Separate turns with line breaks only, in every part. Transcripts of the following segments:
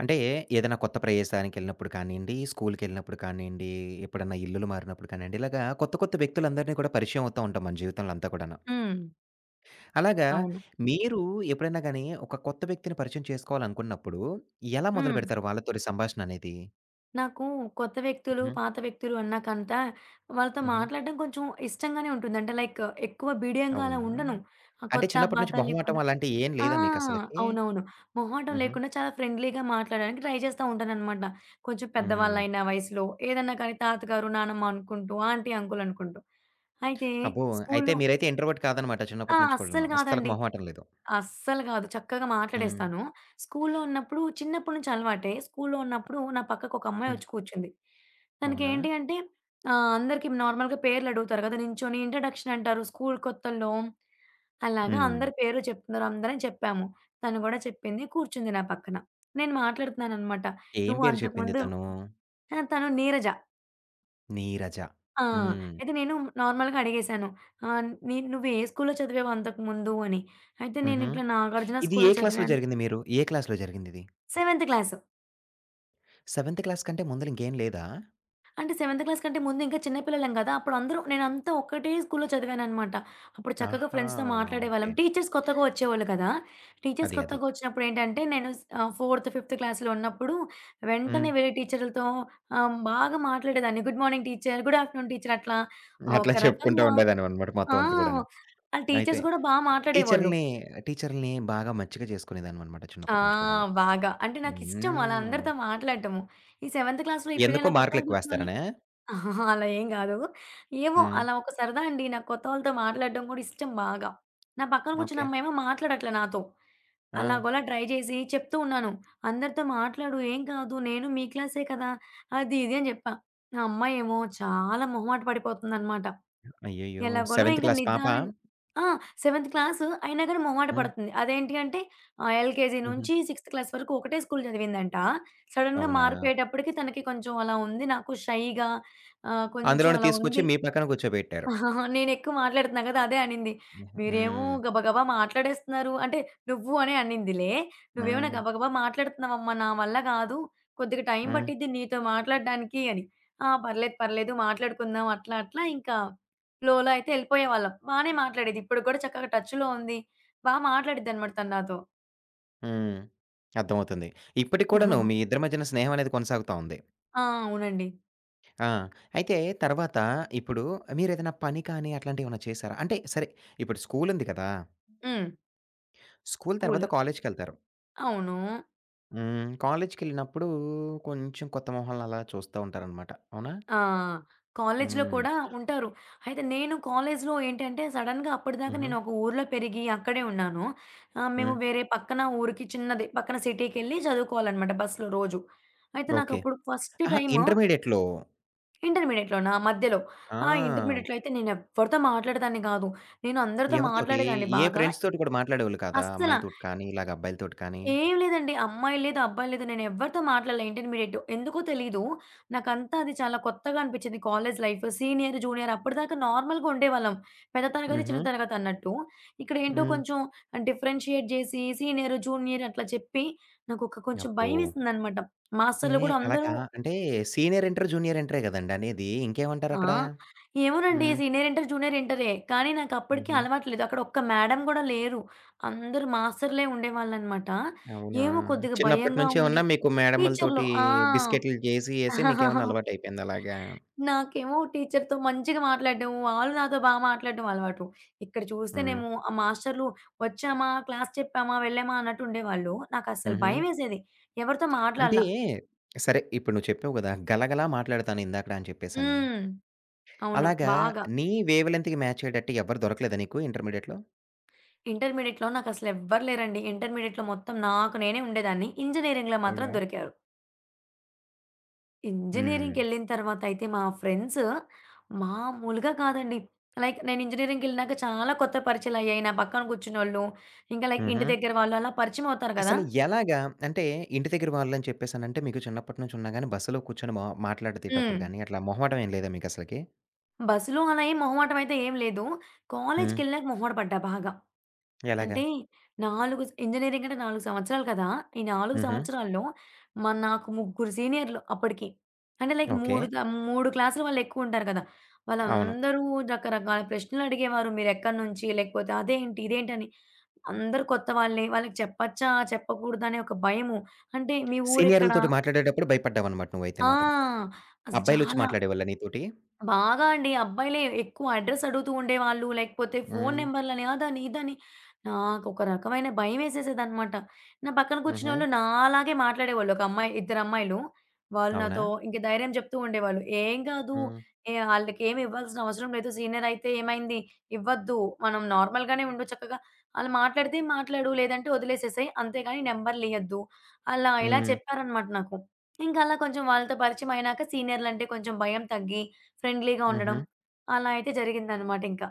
అంటే ఏదైనా కొత్త ప్రదేశానికెళ్ళినప్పుడు కానియండి, స్కూల్‌కెళ్ళినప్పుడు కానియండి, ఎప్పుడన్నా ఇల్లులు మారినప్పుడు కానియండి, ఇలాగా కొత్త వ్యక్తులందరినీ కూడా పరిచయం అవుతా ఉంటాం మన జీవితంలో అంతా కూడాను.
హ్మ్.
అలాగా
అవును.
మీరు ఎప్పుడైనా గాని ఒక కొత్త వ్యక్తిని పరిచయం చేసుకోవాలనుకున్నప్పుడు ఎలా
హ్మ్.
మొదలుపెడతారు వాళ్ళతోటి సంభాషణ అనేది?
నాకు కొత్త వ్యక్తులు,
హుహు.
పాత వ్యక్తులు అన్నాకంతా వాళ్ళతో
హుహు.
మాట్లాడడం కొంచెం ఇష్టంగానే ఉంటుంది. అంటే లైక్ ఎక్కువ బిడియంగా అలా
అవునా?
ఉండను. ఆ
అంటే
కొత్త,
చిన్నప్పటి
పాత
నుంచి మొహమాటం
లేకుండా
అలాంటియి ఏం
ఆ!
లేదా మీకసలకి?
అవునవును. మొహమాటం
హుహు.
లేకుండా చాలా ఫ్రెండ్లీగా మాట్లాడడానికి ట్రై చేస్తా ఉంటాననమాట. కొంచెం
హ్మ్.
పెద్దవాళ్ళైనా వయసులో ఏదన్నా కానీ తాతగారు, నానమ్మ అనుకుంటూ, ఆంటీ, అంకుల్ అనుకుంటూ. అయితే
అబ్బో! అయితే
స్కూలులో
మీరైతే ఇంట్రోవర్ట్ కాదనమాట
ఆ!
చిన్నప్పటి నుంచి
అస్సలు
కూడాను. అస్సలకి
కాదండి.
మొహమాటం లేదు.
అస్సలు కాదు. చక్కగా
హ్మ్.
మాట్లాడేస్తాను. స్కూల్లో ఉన్నప్పుడు చిన్నప్పటి నుంచి అలవాటే. స్కూల్లో ఉన్నప్పుడు నా పక్కకు ఒక అమ్మాయి
హ్మ్.
వచ్చి కూర్చుంది.
అవునా?
తనకేంటి అంటే అందరికి నార్మల్‌గా పేర్లు అడుగుతారు కదా! నించొని ఇంట్రడక్షన్ అంటారు స్కూల్ కొత్తల్లో. అలాగా
హ్మ్.
అందరి పేర్లు చెప్తున్నారు అందరం చెప్పాము. తను కూడా చెప్పింది. కూర్చుంది నా పక్కన. నేను మాట్లాడుతున్నాననమాట.
ఏం
నువ్వు
పేరు చెప్పింది
అంతకుముందు
తను?
ఆ! తను నీరజ.
నీరజ.
ఆ!
హ్మ్.
అయితే నేను నార్మల్‌గా అడిగేశాను. ఆహ్, నీ నువ్వు ఏ స్కూల్‌లో చదివావు అంతకుముందు అని. అయితే నేను
హుహు.
ఇట్లా నాగార్జున
ఇది ఏ
స్కూల్‌లో
క్లాస్‌లో
చదివాను.
జరిగింది మీరు? ఏ క్లాస్‌లో జరిగిందిది?
Seventh class.
సెవెంత్ క్లాస్ కంటే ముందల ఇంకేం లేదా?
అంటే సెవెంత్ క్లాస్ కంటే ముందు ఇంకా చిన్న పిల్లలం గదా! అప్పుడు అందరూ నేనంతా ఒక్కటే స్కూల్‌లో చదివాననమాట. అప్పుడు చక్కగా
ఆహా!
ఫ్రెండ్స్‌తో మాట్లాడేవాళ్ళం.
ఓకే.
టీచర్స్ కొత్తగా వచ్చేవాళ్ళు కదా! టీచర్స్
అది.
కొత్తగా వచ్చినప్పుడు ఏంటంటే ఫోర్త్, ఫిఫ్త్ క్లాస్‌లో ఉన్నప్పుడు
హ్మ్.
వెంటనే వేరే టీచర్లతో బాగా మాట్లాడేదాన్ని. Good morning teacher, good afternoon teacher అట్లా
అట్లా
ఒక
చెప్పుకుంటూ
రకంగా
ఉండేదానివనమాట
ఆ!
మొత్తం అంతా గూడాను.
ఆ
అయితే
టీచర్స్ గూడా బా మాట్లాడేవాళ్ళు.
టీచర్‌లని, టీచర్‌లని బాగా మచ్చిక చేసుకునేదానివనమాట
ఆ!
చిన్నప్పటి నుంచి కూడాను.
బాగా. అంటే నాకిష్టం అలా
హ్మ్.
అందరితో మాట్లాడటము. ఈ సెవెంత్ క్లాస్‌లో ఈ పిల్ల
ఎందుకు
నా పక్కన కూర్చొని
మార్కులెక్కువేస్తారనా?
అహహా! అలా ఏం గాదు. ఏమో
హ్మ్.
అలా ఒక సరదా అండి. నాకు కొత్త వాళ్ళతో మాట్లాడడం గూడా ఇష్టం బాగా. నా పక్కన కూర్చున్న
ఓకే.
అమ్మాయేమో మాట్లాడట్లే నాతో.
ఆ!
అలాగోలా ట్రై జేసి చెప్తూ ఉన్నాను. "అందరితో మాట్లాడు ఏం కాదు. నేను మీ క్లాసే కదా!" అది ఇది అని జెప్పా. ఆ అమ్మాయేమో చాలా మొహమాట పడిపోతుందనమాట.
అయ్యయ్యో!
ఎలాగోలో
సెవెంత్
ఇంక
క్లాస్ పాపా?
నిదానంగా ఆ! సెవెంత్ క్లాస్ అయినా గాని మొహమాట
హ్మ్.
పడుతుంది. అదేంటి అంటే ఎల్‌కేజీ
హుహు.
నుంచి సిక్స్త్ క్లాస్ వరకు ఒకటే స్కూల్ చదివిందంట. సడెన్‌గా
అవునా?
మారిపోయేటప్పటికి తనకి కొంచెం అలా ఉంది. నాకు షైగా కొంచెం
అందులోనే
అలా
తీసుకొచ్చి
ఉంది.
మీ పక్కన కూర్చోబెట్టారు.
నేనెక్కువ మాట్లాడుతున్నా గదా! అదే అనింది.
హుహు.
మీరేమో
హ్మ్.
గబగబా మాట్లాడేస్తున్నారు. అంటే నువ్వు అనే అనిందిలే. నువ్వేమైనా
హ్మ్.
గబగబా మాట్లాడుతున్నావమ్మా! నా వల్ల గాదు. కొద్దిగా టైం
హ్మ్.
పట్టిద్ది నీతో మాట్లాడడానికి అని. ఆ! పర్లేదు, పర్లేదు మాట్లాడుకుందాం అట్లా అట్లా ఇంకా ఫ్లోలో అయితే ఎళ్ళిపోయేవాళ్ళం. బానే మాట్లాడేది. ఇప్పుడు కూడా చక్కగా టచ్‌లో ఉంది. బా మాట్లాడిద్దనమాట తను నాతో.
హ్మ్. అర్థమవుతుంది. ఇప్పటికి
ఓహో!
కూడాను మీ ఇద్దరి మధ్యన స్నేహం అనేది కొనసాగుతా ఉంది.
ఆ! అవునండి.
ఆ! అయితే తర్వాత ఇప్పుడు మీరేదైనా పని కానీ అట్లాంటివేమన్నా చేసారా? అంటే సరే ఇప్పుడు స్కూల్ ఉంది కదా!
హ్మ్.
స్కూల్ తర్వాత
కూల్.
కాలేజ్‌కెళ్తారు.
అవును.
హ్మ్. కాలేజ్‌కెళ్ళినప్పుడు కొంచెం కొత్త మొహాలను అలా చూస్తా ఉంటారనమాట. అవునా?
ఆ! కాలేజ్‌లో
హ్మ్.
కూడా ఉంటారు. అయితే నేను కాలేజ్‌లో ఏంటంటే సడెన్‌గా అప్పటిదాకా
హుహు.
నేను ఒక ఊర్లో పెరిగి అక్కడే ఉన్నాను. మేము
హ్మ్.
వేరే పక్కన ఊరికి చిన్నది పక్కన సిటీకెళ్ళి చదువుకోవాలనమాట బస్‌లో రోజు. అయితే
ఓకే.
నాకప్పుడు ఫస్ట్
అహా!
టైము
ఇంటర్మీడియేట్‌లో
ఇంటర్మీడియేట్‌లోనా? మధ్యలో. ఆ!
ఆ!
ఇంటర్మీడియేట్‌లో అయితే నేనెవ్వరితో మాట్లాడేదాన్ని కాదు. నేను అందరితో
ఎవరితోటి?
మాట్లాడేదాన్ని
ఏ
బాగా.
ఫ్రెండ్స్ తోటి కూడా మాట్లాడేవాళ్ళు కాదా?
అస్సల
అమ్మాయిలతోటి కానీ, ఇలాగ అబ్బాయిలతోటి కానీ?
ఏం లేదండి. అమ్మాయి లేదు, అబ్బాయి లేదు. నేను ఎవ్వరితో మాట్లాడలే ఇంటర్మీడియేట్. ఎందుకో తెలీదు. నాకంతా అది చాలా కొత్తగా అనిపిచ్చింది కాలేజ్ లైఫ్. సీనియర్, జూనియర్ అప్పటిదాకా నార్మల్‌గా ఉండేవాళ్ళం. పెద్ద తరగతి,
హుహు.
చిన్న తరగతి అన్నట్టు. ఇక్కడేంటో
హ్మ్.
కొంచెం డిఫరెన్షియేట్ జేసి సీనియర్, జూనియర్ అట్లా చెప్పి నాకొక కొంచెం
అబ్బో!
భయమేసిందనమాట. మాస్టర్‌లు
ఏహే!
గూడా అందరూ
అలాగా? అంటే సీనియర్ ఇంటర్, జూనియర్ ఇంటరే గదండీ అనేది.
ఆ!
ఇంకేమంటారక్కడ?
ఏమోనండి
హ్మ్.
సీనియర్ ఇంటర్, జూనియర్ ఇంటరే. కానీ నాకప్పటికి
హుహు.
అలవాటు లేదు. అక్కడ ఒక్క మేడమ్ గూడా లేరు. అందరూ మాస్టర్‌లే ఉండేవాళ్ళనమాట.
అవునా?
ఏమో కొద్దిగా
చిన్నప్పటి
భయంగా
నుంచి
ఉండి
ఏమన్నా మీకు
టీచర్‌లు.
మేడములతోటి
ఆ!
బిస్కెట్లు జేసి మీకేమన్నా అలవాటయిపోయింది అలాగా?
నాకేమో టీచర్‌తో మంచిగా మాట్లాడడం, వాళ్ళు నాతో బా మాట్లాడడం అలవాటు. ఇక్కడ
హ్మ్.
చూస్తేనేమో ఆ మాస్టర్‌లు వచ్చామా, క్లాస్ చెప్పామా, వెళ్ళామా అన్నట్టు ఉండేవాళ్ళు. నాకస్సలు
హుహు.
భయమేసేది. ఎవరితో
అంటే
మాట్లాడలా.
సరే ఇప్పుడు నువ్వు చెప్పావు గదా! గలగలా మాట్లాడతాను ఇందాకడ అని చెప్పేసని.
హ్మ్. అవును.
అలాగా
బాగా.
నీ వేవ్ లెంత్‌కి మ్యాచ్ అయ్యేటట్టు ఎవ్వరు దొరకలేదా నీకు ఇంటర్మీడియేట్‌లో?
ఇంటర్మీడియేట్‌లో నాకసలు ఎవ్వరు లేరండి. ఇంటర్మీడియేట్‌లో మొత్తం నాకు నేనే ఉండేదాన్ని. ఇంజినీరింగ్‌లో మాత్రం
అవునా?
దొరికారు.
హ్మ్.
ఇంజినీరింగ్‌కెళ్ళిన తర్వాతయితే మా ఫ్రెండ్స్ మామూలుగా కాదండి. లైక్ నేను ఇంజినీరింగ్‌కెళ్ళినాక చాలా కొత్త పరిచయాలయ్యాయి. నా పక్కన కూర్చున్నోళ్ళు, ఇంకా లైక్ ఇంటి
హుహు.
దగ్గర వాళ్ళు అలా పరిచయం అవుతారు కదా!
అసలు ఎలాగా? అంటే ఇంటి దగ్గర వాళ్ళని చెప్పేసనంటే మీకు చిన్నప్పటి నుంచి ఉన్నా గాని బస్సులో కూర్చొని మా
హ్మ్.
మాట్లాడేటప్పుడు గాని అట్లా మొహమాటం ఏం లేదా మీకసలకి?
బస్సులో అలా ఏం మొహమాటం అయితే ఏం లేదు.
హ్మ్.
కాలేజ్‌కెళ్ళినాక మొహమాట పడ్డా బాగా.
ఎలాగా?
అంటే 4 స్ ఇంజినీరింగ్ అంటే 4 సంవత్సరాలు కదా! ఈ 4
హుహు.
సంవత్సరాల్లో మా నాకు ముగ్గురు సీనియర్‌లు అప్పటికి. అంటే లైక్
ఓకే.
3 క్లాసులు వాళ్ళెక్కువుంటారు కదా!
అవును.
వాళ్ళందరూ రకరకాల ప్రశ్నలడిగేవారు. మీరెక్కడి నుంచి? లేకపోతే అదేంటి? ఇదేంటని? అందరూ కొత్త వాళ్ళే. వాళ్ళకి చెప్పచ్చా? చెప్పకూడదా? అనే ఒక భయము. అంటే మీ ఊరెక్కడ?
సీనియర్‌లతోటి మాట్లాడేటప్పుడు భయపడ్డావనమాట నువ్వైతే మాత్రం.
ఆ! అసలు
అబ్బాయిలొచ్చి
చాలా
మాట్లాడేవాళ్ళా నీతోటి?
బాగా అండి. అబ్బాయిలే ఎక్కువ అడ్రెస్ అడుగుతూ ఉండేవాళ్ళు. లేకపోతే ఫోను
హ్మ్.
నంబర్‌లని అదని, ఇదని. నాకొక రకమైన భయమేసేసేదనమాట. నా పక్కన
హుహు.
కూర్చున్నోళ్ళు నాలాగే మాట్లాడేవాళ్ళు. ఒక అమ్మాయి, ఇద్దరమ్మాయిలు. వాళ్ళు
అవునా?
నాతో ఇంక ధైర్యం చెప్తూ ఉండేవాళ్ళు. "ఏం కాదు.
హ్మ్.
ఏ ఆళ్ళకేమి ఇవ్వాల్సిన అవసరం లేదు. సీనియర్ అయితే ఏమైంది? ఇవ్వద్దు. మనం నార్మల్‌గానే ఉండు చక్కగా. ఆళ్ళు మాట్లాడితే మాట్లాడు. లేదంటే వదిలేసేసేయి. అంతేగాని నంబర్‌లియ్యద్దు." అలా ఇలా
హ్మ్.
చెప్పారనమాట నాకు. ఇంకలా కొంచెం వాళ్ళతో పరిచయం అయినాక సీనియర్లంటే కొంచెం భయం తగ్గి ఫ్రెండ్లీగా
హుహు.
ఉండడం. అలా అయితే జరిగిందనమాట ఇంకా.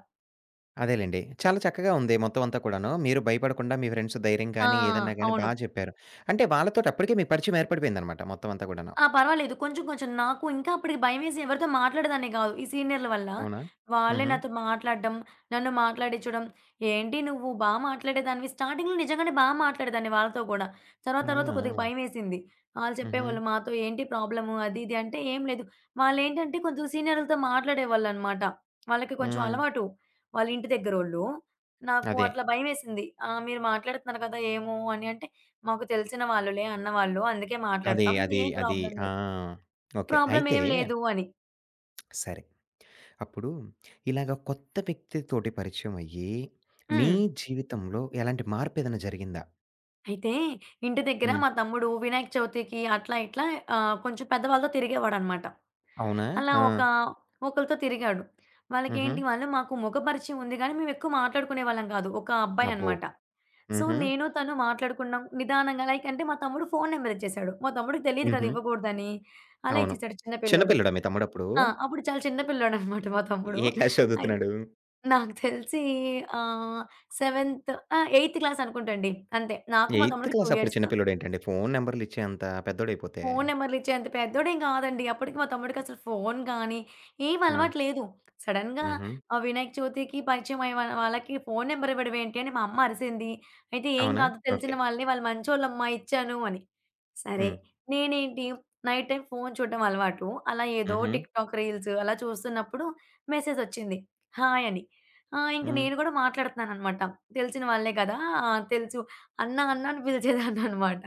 అదేలెండి. చాలా చక్కగా ఉంది మొత్తం అంతా కూడాను. మీరు భయపడకుండా మీ ఫ్రెండ్స్ ధైర్యం
ఆ!
కానీ, ఏదన్నా గాని బా
అవును.
చెప్పారు. అంటే వాళ్ళతోటి అప్పటికే మీకు పరిచయం ఏర్పడిపోయిందనమాట మొత్తం అంతా కూడాను.
ఆ! పర్వాలేదు. కొంచెం కొంచెం నాకు ఇంకా అప్పటికి భయమేసి ఎవరితో మాట్లాడేదాన్ని గాదు. ఈ సీనియర్‌ల వల్ల.
అవునా?
వాళ్ళే
హుహు.
నాతో మాట్లాడడం, నన్ను మాట్లాడిచ్చడం. "ఏంటి నువ్వు బా మాట్లాడేదానివి" స్టార్టింగ్‌లో నిజంగానే బా మాట్లాడేదాన్ని వాళ్ళతో గూడా. తర్వాత తర్వాత
అవునా?
కొద్దిగా భయమేసింది. ఆళ్ళు
హుహు.
చెప్పేవాళ్ళు మాతో "ఏంటి ప్రాబ్లము?" అది ఇది అంటే, "ఏం లేదు." వాళ్ళేంటంటే కొంచెం సీనియర్‌లతో మాట్లాడేవాళ్ళనమాట. వాళ్ళకి కొంచెం
హ్మ్.
అలవాటు. వాళ్ళ ఇంటి దగ్గరోళ్ళు. నాకు
అదే.
అట్లా భయమేసింది. "ఆ! మీరు మాట్లాడుతున్నారు కదా! ఏమో" అని అంటే మాకు తెలిసిన వాళ్ళులే అన్నవాళ్ళు. అందుకే
అది,
మాట్లాడతాం.
అది,
ఏం
అది.
ప్రాబ్లమ్
ఆ!
లేదు.
ఓకే.
ప్రాబ్లమ్
అయితే
ఏం లేదు అని.
సరే. అప్పుడు ఇలాగ కొత్త వ్యక్తితోటి పరిచయం అయ్యి, మీ
హ్మ్.
జీవితంలో ఎలాంటి మార్పేదైనా జరిగిందా?
అయితే ఇంటి దగ్గర
హ్మ్.
మా తమ్ముడు వినాయక చవితికి అట్లా ఇట్లా కొంచెం పెద్దవాళ్ళతో తిరిగేవాడనమాట.
అవునా?
అలా
ఆ!
ఒక ఒకళ్ళతో తిరిగాడు.
హుహు.
వాళ్ళకేంటి వాళ్ళు మాకు ముఖ పరిచయం ఉంది గానీ, మేమెక్కువ మాట్లాడుకునేవాళ్ళం కాదు. ఒక
అబ్బో!
అబ్బాయనమాట. సో,
హుహు.
నేను తను మాట్లాడుకున్నాం. నిదానంగా లైక్ అంటే మా తమ్ముడు ఫోను నెంబర్ ఇచ్చేసాడు. మా తమ్ముడికి తెలీదు కదా!
హుహు.
ఇవ్వకూడదని. అలా
అవును.
ఇచ్చేసాడు చిన్న
చిన్న
పిల్లోడు.
పిల్లోడా మీ తమ్ముడప్పుడు?
ఆ! అప్పుడు చాలా చిన్న పిల్లోడనమాట మా తమ్ముడు.
ఏ క్లాస్
అయి
చదువుతున్నాడు?
నాకు తెలిసి ఆహ్, సెవెంత్ ఆ! ఎయిత్ క్లాస్ అనుకుంటండి. అంతే. నాకు మా
ఎయిత్
తమ్ముడికి
క్లాస్
2
అప్పుడు
ఇయర్స్.
చిన్న పిల్లోడేంటండి? ఫోను నంబర్‌లు ఇచ్చే అంత పెద్దోడైపోతే.
ఫోను నెంబర్లిచ్చేంత పెద్దోడేం గాదండి. అప్పటికి మా తమ్ముడికసలు ఫోను గానీ, ఏం
ఆ!
అలవాటు లేదు. సడెన్‌గా
హుహు.
వినాయక చవితికి పరిచయమైన వాళ్ళకి ఫోను నెంబర్ ఇవ్వడమేంటి అని మా అమ్మ అరిసింది. అయితే, "ఏం
అవునా?
గాదు తెలిసిన
ఓకే.
వాళ్ళే. వాళ్ళు మంచోళ్ళమ్మా ఇచ్చాను" అని. సరే,
హ్మ్.
నేనేంటి నైట్ టైమ్ ఫోను చూడడం అలవాటు. అలా ఏదో
హుహు.
టిక్‌టాక్ రీల్స్ అలా చూస్తున్నప్పుడు మెసేజొచ్చింది. హాయ్ అని. ఆ! ఇంక
హ్మ్.
నేను గూడా మాట్లాడుతున్నాననమాట. తెలిసిన వాళ్ళే గదా! ఆ! తెలుసు అన్న, అన్న అని పిలిచేదాన్ననమాట.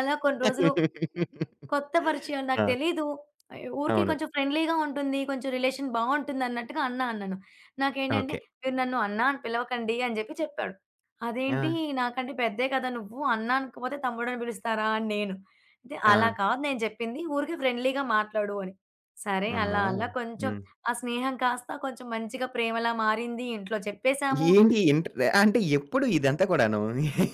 అలా కొన్ని రోజులు కొత్త పరిచయం. నాకు
ఆ!
తెలీదు. ఊరికే
అవును.
కొంచెం ఫ్రెండ్లీగా ఉంటుంది. కొంచెం రిలేషన్ బావుంటుందన్నట్టుగా అన్నా అన్నాను. నాకేంటంటే,
ఓకే.
"మీరు నన్ను అన్నా అని పిలవకండి" అని చెప్పాడు.
ఆ!
అదేంటి నాకంటే పెద్దే కదా నువ్వు. అన్నా అనకపోతే తమ్ముడని పిలుస్తారా అని నేను. అంటే,
ఆ!
"అలా కాదు నేను చెప్పింది. ఊరికే ఫ్రెండ్లీగా మాట్లాడు" అని. సరే
అమ్మో!
అలా అలా కొంచెం
హ్మ్.
ఆ స్నేహం కాస్త కొంచెం మంచిగా ప్రేమలా మారింది. ఇంట్లో చెప్పేసాము.
ఏంటి ఇంటర్ అంటే ఎప్పుడు ఇదంతా కూడాను?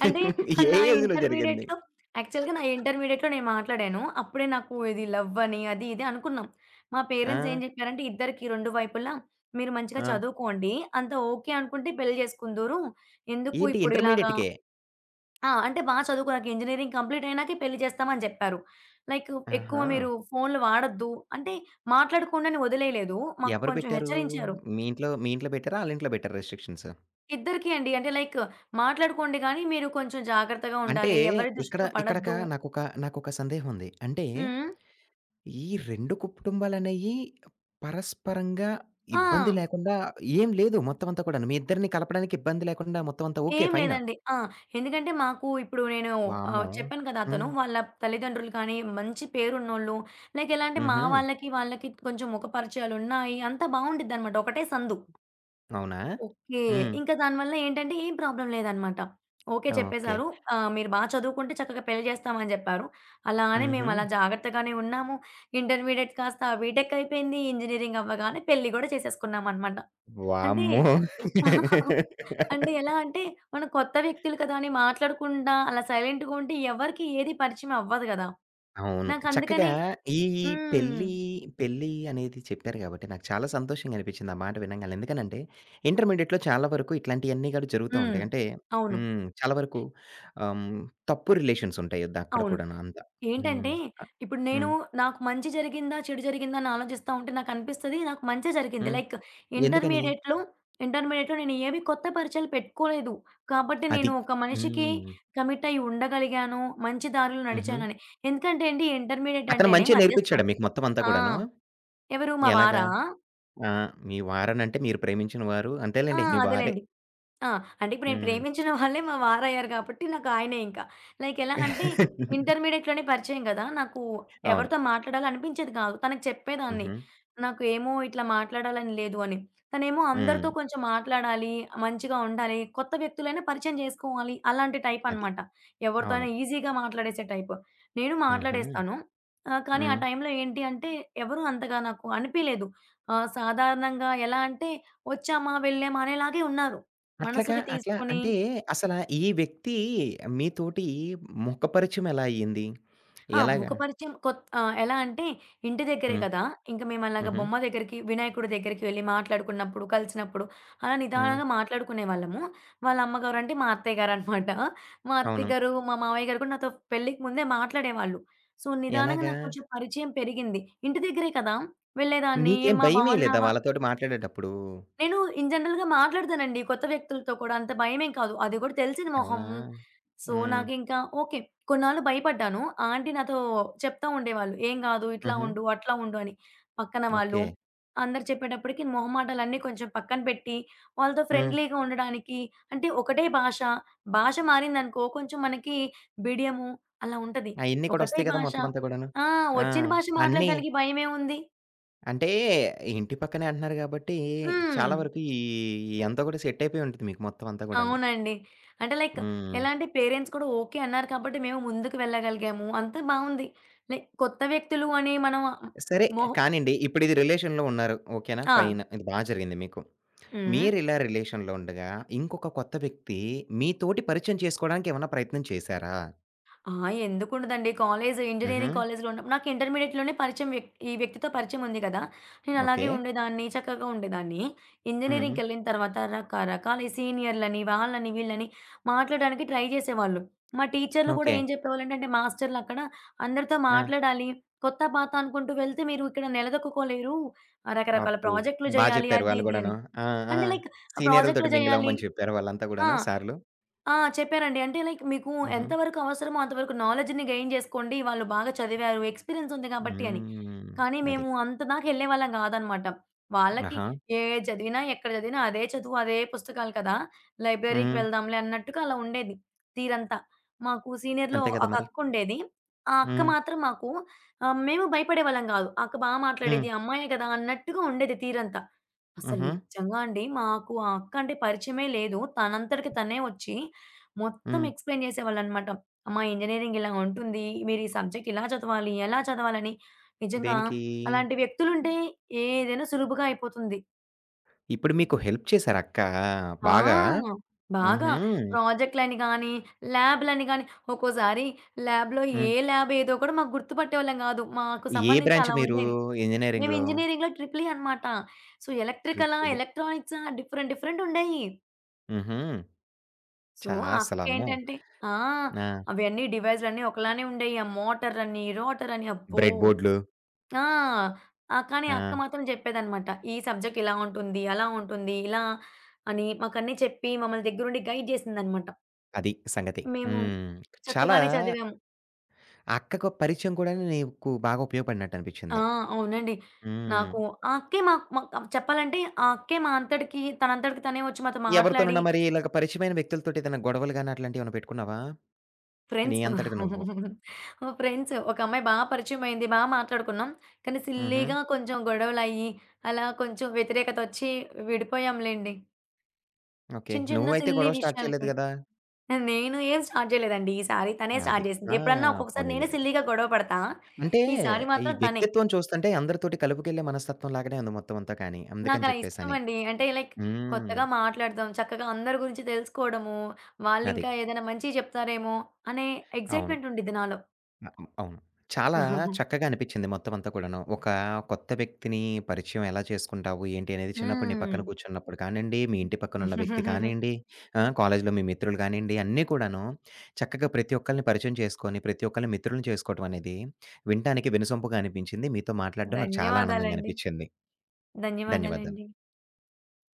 అంటే
ఏ
నా
ఏజ్‌లో జరిగింది?
ఇంటర్మీడియేట్‌లో యాక్చువల్‌గా నా ఇంటర్మీడియేట్‌లో నేను మాట్లాడాను. అప్పుడే నాకు ఇది లవ్ అని అది ఇది అనుకున్నాం. మా
ఆ!
పేరెంట్స్ ఏం చెప్పారంటే ఇద్దరికీ రెండు వైపులా మీరు మంచిగా
ఆ!
చదువుకోండి. అంతా ఓకే అనుకుంటే పెళ్లి చేసుకుందురు. ఎందుకు
ఏంటి
ఇప్పుడు ఇలాగా
ఇంటర్మీడియేట్‌కే.
ఆ! అంటే బాగా చదువుకున్నాక ఇంజినీరింగ్ కంప్లీట్ అయినాకే పెళ్లి చేస్తామని చెప్పారు. లైక్ ఎక్కువ
ఆహా!
మీరు ఫోన్‌లు వాడొద్దు అంటే మాట్లాడకుండానే వదిలేయలేదు. మాకు
ఎవరు
కొంచెం
పెట్టారు?
హెచ్చరించారు.
మీ ఇంట్లో పెట్టారా? ఆళ్ళింట్లో పెట్టారా రెస్ట్రిక్షన్స్?
ఇద్దరికీ అండి. అంటే లైక్ మాట్లాడుకోండి గానీ మీరు కొంచెం జాగ్రత్తగా
అంటే
ఉండాలి. ఎవరి
ఇక్కడ
దృష్టిలో
ఇక్కడక
పడొద్దు.
నాకొక నాకొక సందేహం ఉంది. అంటే
హ్మ్.
ఈ 2 కుటుంబాలనేయి పరస్పరంగా
ఆ!
ఇబ్బంది లేకుండా ఏం లేదు మొత్తం అంతా కూడాను. మీ ఇద్దరిని కలపడానికి ఇబ్బంది లేకుండా మొత్తం అంతా ఓకే.
ఏం
ఫైన్.
లేదండి. ఆ! ఎందుకంటే మాకు ఇప్పుడు నేను
వామ్మో!
చెప్పాను కదా! అతను
హ్మ్.
వాళ్ళ తల్లిదండ్రులు కానీ, మంచి పేరున్నోళ్ళు లైక్ ఎలా అంటే మా
హుహు.
వాళ్ళకి, వాళ్ళకి కొంచెం ముఖ పరిచయాలున్నాయి. అంతా బావుండిద్దనమాట. ఒకటే సందు.
అవునా?
ఓకే.
హ్మ్.
ఇంకా దానివల్ల ఏంటంటే ఏం ప్రాబ్లమ్ లేదనమాట. Okay
okay.
చెప్పేసారు. మీరు బా చదువుకుంటే చక్కగా పెళ్లి చేస్తామని చెప్పారు. అలా అని మేము
హుహు.
అలా జాగ్రత్తగానే ఉన్నాము. ఇంటర్మీడియేట్ కాస్త బీటెక్ అయిపోయింది. ఇంజినీరింగ్ అవ్వగానే పెళ్లి గూడా చేసేసుకున్నామనమాట. అంటే
వామ్మో!
అంటే ఎలా అంటే, మనం కొత్త వ్యక్తులు కదా అని మాట్లాడకుండా అలా సైలెంట్‌గా ఉంటే ఎవరికీ ఏది పరిచయం అవ్వదు గదా!
అవును. చక్కగా
నాకందుకని
ఈ
హ్మ్.
పెళ్లి, పెళ్లి అనేది చెప్పారు కాబట్టి నాకు చాలా సంతోషంగా అనిపించింది ఆ మాట వినంగానే. ఎందుకనంటే ఇంటర్మీడియేట్‌లో చాలా వరకు ఇట్లాంటియన్నీ కూడా జరుగుతా
హ్మ్.
ఉంటాయి. అంటే
అవును.
హ్మ్. చాలా వరకు హ్మ్. తప్పు రిలేషన్స్ ఉంటాయి ద అక్కడ
అవును.
కూడాను అంతా. హ్మ్.
ఏంటంటే,
ఆహ్,
ఇప్పుడు నేను
హ్మ్.
నాకు మంచి జరిగిందా? చెడు జరిగిందా? అని ఆలోచిస్తా ఉంటే నాకనిపిస్తది నాకు మంచే జరిగింది.
హ్మ్.
లైక్
ఎందుకని?
ఇంటర్మీడియేట్‌లో ఇంటర్మీడియేట్‌లో నేను ఏవి కొత్త పరిచయాలు పెట్టుకోలేదు. కాబట్టి
అది.
నేను ఒక మనిషికి
హ్మ్.
కమిట్ అయ్యి ఉండగలిగాను. మంచి దారిలో
హుహు.
నడిచానని. ఎందుకంటే అండి ఇంటర్మీడియేట్
అతను
అంటేనే
మంచిగా
మధ్యస్థం.
నేర్పిచ్చాడా మీకు మొత్తం అంతా
ఆ!
కూడాను?
ఎవరు మా
ఎలాగా?
వారా?
ఆ! మీ వారనంటే మీరు ప్రేమించిన వారు
ఆ!
అంతేలెండి మీ వారే.
అదేలెండి. ఆ! అంటే ఇప్పుడు నేను
హ్మ్.
ప్రేమించిన వాళ్ళే మా వారయ్యారు కాబట్టి నాకు ఆయనే ఇంకా. లైక్ ఎలా అంటే ఇంటర్మీడియేట్‌లోనే పరిచయం గదా! నాకు
అవును.
ఎవరితో మాట్లాడాలనిపించేది కాదు. తనకి చెప్పేదాన్ని.
హుహు.
నాకు ఏమో ఇట్లా మాట్లాడాలని లేదు అని. తనేమో
హ్మ్.
అందరితో కొంచెం మాట్లాడాలి, మంచిగా ఉండాలి, కొత్త వ్యక్తులైనా పరిచయం చేసుకోవాలి అలాంటి టైప్
అది.
అనమాట. ఎవరితో
అవును.
అయినా ఈజీగా మాట్లాడేసే టైప్. నేను
హుహు.
మాట్లాడేస్తాను. కానీ ఆ
హ్మ్.
టైంలో ఏంటి అంటే ఎవరు అంతగా నాకు అనిపియలేదు. సాధారణంగా ఎలా అంటే వచ్చామా, వెళ్ళామా అనేలాగే ఉన్నారు.
అట్లాగా
మనసుకి
అట్లా
తీసుకొని
అంటే అసల ఈ వ్యక్తి మీతోటి ముఖ పరిచయం ఎలా అయ్యింది?
ఆ!
ఎలాగా?
ఎలా అంటే ఇంటి దగ్గరే
హ్మ్.
కదా! ఇంక మేమలాగా
హుహు.
బొమ్మ దగ్గరికి, వినాయకుడి దగ్గరికి వెళ్లి మాట్లాడుకున్నప్పుడు, కలిసినప్పుడు అలా
హ్మ్.
నిదానంగా మాట్లాడుకునేవాళ్ళము. వాళ్ళ అమ్మగారంటే మా అత్తయ్య గారనమాట. మా అత్తయ్య
అవును.
గారు, మా మావయ్య గారు కూడా నాతో పెళ్ళికి ముందే మాట్లాడేవాళ్ళు. సో, నిదానంగా
ఎలాగా?
నాకు కొంచెం పరిచయం పెరిగింది. ఇంటి దగ్గరే కదా! వెళ్ళేదాన్ని.
నీకేం
"ఏమ్మా
భయమేయలేదా
బావున్నావా?"
వాళ్ళతోటి మాట్లాడేటప్పుడు?
నేను ఇన్ జనరల్‌గా మాట్లాడతానండి కొత్త వ్యక్తులతో కూడా. అంత భయమేం కాదు. అది కూడా తెలిసిన
అవునా?
మొహము. సో,
హ్మ్.
నాకింకా ఓకే. కొన్నాళ్ళు భయపడ్డాను. ఆంటీ నాతో చెప్తా ఉండేవాళ్ళు. "ఏం గాదు. ఇట్లా
హుహు.
ఉండు. అట్లా ఉండు" అని. పక్కన వాళ్ళు.
ఓకే.
అందరూ చెప్పేటప్పటికి మొహమాటాలన్నీ కొంచెం పక్కన పెట్టి, వాళ్ళతో
హ్మ్.
ఫ్రెండ్లీగా ఉండడానికి అంటే ఒకటే భాష. భాష మారిందనుకో కొంచెం మనకి బిడియము అలా ఉంటది.
అయన్నీ కూడా
ఒకటే
వస్తాయి కదా!
భాష
మొత్తం అంతా కూడాను.
ఆ!
ఆ!
వచ్చిన భాష
అన్నీ
మాట్లాడడానికి భయమేముంది?
అంటే ఇంటి పక్కనే అంటున్నారు గాబట్టి,
హ్మ్.
చాలా వరకు ఈ ఇయంతా కూడా సెట్ అయిపోయి ఉంటది మీకు మొత్తం అంతా గూడాను.
అవునండి. అంటే లైక్
హ్మ్.
ఎలా అంటే పేరెంట్స్ కూడా ఓకే అన్నారు కాబట్టి మేము ముందుకు వెళ్ళగలిగాము. అంతా బావుంది. లైక్ కొత్త వ్యక్తులు అని మనం
సరే
మొహం
కానియండి. ఇప్పుడిది రిలేషన్‌లో ఉన్నారు. ఓకేనా?
ఆ!
ఫైన్. ఇది బా జరిగింది మీకు.
హ్మ్.
మీరిలా రిలేషన్‌లో ఉండగా, ఇంకొక కొత్త వ్యక్తి మీతోటి పరిచయం చేసుకోవడానికి ఏమన్నా ప్రయత్నం చేశారా?
ఆ! ఎందుకుండదండి. కాలేజు
హుహు.
ఇంజినీరింగ్ కాలేజులో ఉన్నప్పుడు నాకు ఇంటర్మీడియేట్‌లోనే పరిచయం వ్యక్ ఈ వ్యక్తితో పరిచయం ఉంది కదా! నేను
ఓకే.
అలాగే ఉండేదాన్ని. చక్కగా ఉండేదాన్ని.
హ్మ్.
ఇంజినీరింగ్‌కెళ్ళిన తర్వాత రకరకాల ఈ సీనియర్‌లని, వాళ్ళని, వీళ్ళని మాట్లాడడానికి ట్రై చేసేవాళ్ళు. మా టీచర్‌లు కూడా
ఓకే.
ఏం చెప్పేవాళ్ళంటే అంటే మాస్టర్‌లు అక్కడ అందరితో
ఆ!
మాట్లాడాలి. కొత్త, పాత అనుకుంటూ వెళ్తే మీరు ఇక్కడ నిలదొక్కుకోలేరు. రకరకాల
అబ్బో!
ప్రాజెక్ట్‌లు
బా
చేయాలి.
చెప్పారు
అది,
వాళ్ళు
ఇది అని.
గూడాను. ఆ! ఆ!
అంటే లైక్ ఆ ప్రాజెక్ట్‌లు
సీనియర్‌లతోటి మింగిల్
చేయాలి.
అవ్వమని చెప్పారా వాళ్ళంతా
ఆ!
గూడాను సార్‌లు?
ఆ! చెప్పారండి. అంటే లైక్ మీకు
హుహు.
ఎంత వరకు అవసరమో అంతవరకు నాలెడ్జ్‌ని గెయిన్ జేసుకోండి. వాళ్ళు బాగా చదివారు, ఎక్స్‌పీరియన్స్ ఉంది గాబట్టి అని.
హ్మ్.
కానీ
అది.
మేము అంత దాకా ఎళ్ళేవాళ్ళం గాదనమాట. వాళ్ళకి
ఆహా!
ఏది చదివినా, ఎక్కడ చదివినా అదే చదువు, అదే పుస్తకాలు కదా! లైబ్రరీకి
హ్మ్.
వెళ్దాంలే అన్నట్టుగా అలా ఉండేది తీరంతా. మాకు సీనియర్‌లో
అంతే కదా
ఒక
మరి.
అక్కుండేది. ఆ అక్క
హ్మ్.
మాత్రం మాకు మేము భయపడేవాళ్ళం గాదు. ఆ అక్క బా
హ్మ్.
మాట్లాడేది, అమ్మాయే గదా! అన్నట్టుగా ఉండేది తీరంతా. అసలు
హుహు.
నిజంగా అండి. మాకు ఆ అక్క అంటే పరిచయమే లేదు. తనంతటికి తనే వచ్చి మొత్తం
హ్మ్.
ఎక్స్‌ప్లెయిన్ చేసేవాళ్ళనమాట. అమ్మ ఇంజినీరింగ్ ఇలా ఉంటుంది. మీరు ఈ సబ్జెక్ట్ ఇలా చదవాలి, ఎలా చదవాలని నిజంగా
దేనికి?
అలాంటి వ్యక్తులుంటే ఏదైనా సులువుగా అయిపోతుంది.
ఇప్పుడు మీకు హెల్ప్ చేసారా అక్క బాగా?
ఆ! బాగా.
హుహు.
ప్రాజెక్ట్‌లని గానీ, ల్యాబ్‌లని గానీ ఒక్కోసారి ల్యాబ్‌లో ఏ
హ్మ్.
ల్యాబ్ ఏదో కూడా మాకు గుర్తుపట్టేవాళ్ళం గాదు. మాకు
ఏ
సంబంధించి
బ్రాంచ్
అలా
మీరు
ఉండేవి. మేము
ఇంజినీరింగ్‌లో?
ఇంజినీరింగ్‌లో ట్రిపుల్ ఈ అనమాట. So, ఎలక్ట్రికలా,
triple E.
ఎలక్ట్రానిక్సా different different ఉండేయి.
హుహు.
సో,
చా
ఆ
అసలమ్మో!
అక్కేంటంటే ఆ!
ఆ!
అవన్నీ డివైజులన్నీ ఒకలానే ఉండేయి. ఆ మోటరని, రోటరని అబ్బో!
బ్రెడ్ బోర్డ్‌లు.
ఆ! ఆ! కానీ అక్క
ఆ!
మాత్రం జెప్పేదనమాట. ఈ సబ్జెక్ట్ ఇలా ఉంటుంది, అలా ఉంటుంది, ఇలా అని మాకన్నీ చెప్పి మమ్మల్ని దగ్గరుండి గైడ్ జేసిందనమాట.
అది సంగతి.
మేము
హ్మ్. చాలా
చక్కగానే చదివాము.
ఆ అక్కకు పరిచయం కూడా నీకు బాగా ఉపయోగపడినట్టు
ఆ!
అనిపించింది.
అవునండి.
హ్మ్.
నాకు ఆ అక్కే మాకు మాకు చెప్పాలంటే ఆ అక్కే మా అంతటికి తనంతటికి తనే వచ్చి మాతో మాట్లాడి
ఎవరితోనన్నా మరి ఇలాగ పరిచయమైన వ్యక్తులతోటి ఏదైనా గొడవలు గాని అట్లాంటియేమన్నా పెట్టుకున్నావా? నీ
ఫ్రెండ్స్
అంతటికి నువ్వు.
ఫ్రెండ్స్ ఒక అమ్మాయి బా పరిచయమైంది. బా మాట్లాడుకున్నాం. కానీ
హుహు.
సిల్లీగా కొంచెం గొడవలయ్యి, అలా కొంచెం వ్యతిరేకతొచ్చి విడిపోయాంలెండి.
ఓకే.
చిన్న చిన్న
నువ్వైతే
సిల్లీ
గొడవ స్టార్ట్ చేయలేదు
విషయాలకి.
గదా!
నేను ఏం స్టార్ట్ చేయలేదండి ఈసారి. తనే
అది.
స్టార్ట్ చేసింది.
ఆ!
ఎప్పుడన్నా ఒక్కొక్కసారి నేనే
పోనీలే.
సిల్లీగా గొడవ పడతా.
అంటే
ఈసారి
ఈ
మాత్రం తనే.
వ్యక్తిత్వం చూస్తుంటే అందరితోటి కలుపుకెళ్ళే మనస్తత్వం లాగానే ఉంది మొత్తం అంతా కానీ. అందుకని
నాకలా
చెప్పేసని.
ఇష్టమండి. అంటే లైక్
హ్మ్.
కొత్తగా మాట్లాడదాం, చక్కగా అందరి గురించి తెలుసుకోవడము,
అది.
వాళ్ళింకా ఏదైనా మంచి చెప్తారేమో అనే
అవును.
ఎక్సైట్‌మెంట్ ఉండిద్ది నాలో.
అ అవును. చాలా చక్కగా అనిపిచ్చింది మొత్తం అంతా కూడాను. ఒక కొత్త వ్యక్తిని పరిచయం ఎలా చేసుకుంటావు, ఏంటి అనేది చిన్నప్పుడు నీ పక్కన
హ్మ్.
కూర్చున్నప్పుడు కానియండి, మీ ఇంటి పక్కనున్న వ్యక్తి కానియండి, కాలేజీలో మీ మిత్రులు కానియండి, అన్నీ కూడాను చక్కగా ప్రతి ఒక్కళ్ళని పరిచయం చేసుకొని, ప్రతి ఒక్కళ్ళని మిత్రులను చేసుకోవటం అనేది వినటానికి వినసొంపుగా అనిపించింది. మీతో మాట్లాడడం నాకు చాలా ఆనందంగా
ధన్యవాదాలండి.
అనిపిచ్చింది. ధన్యవాదాలు.
ధన్యవాదాలండి.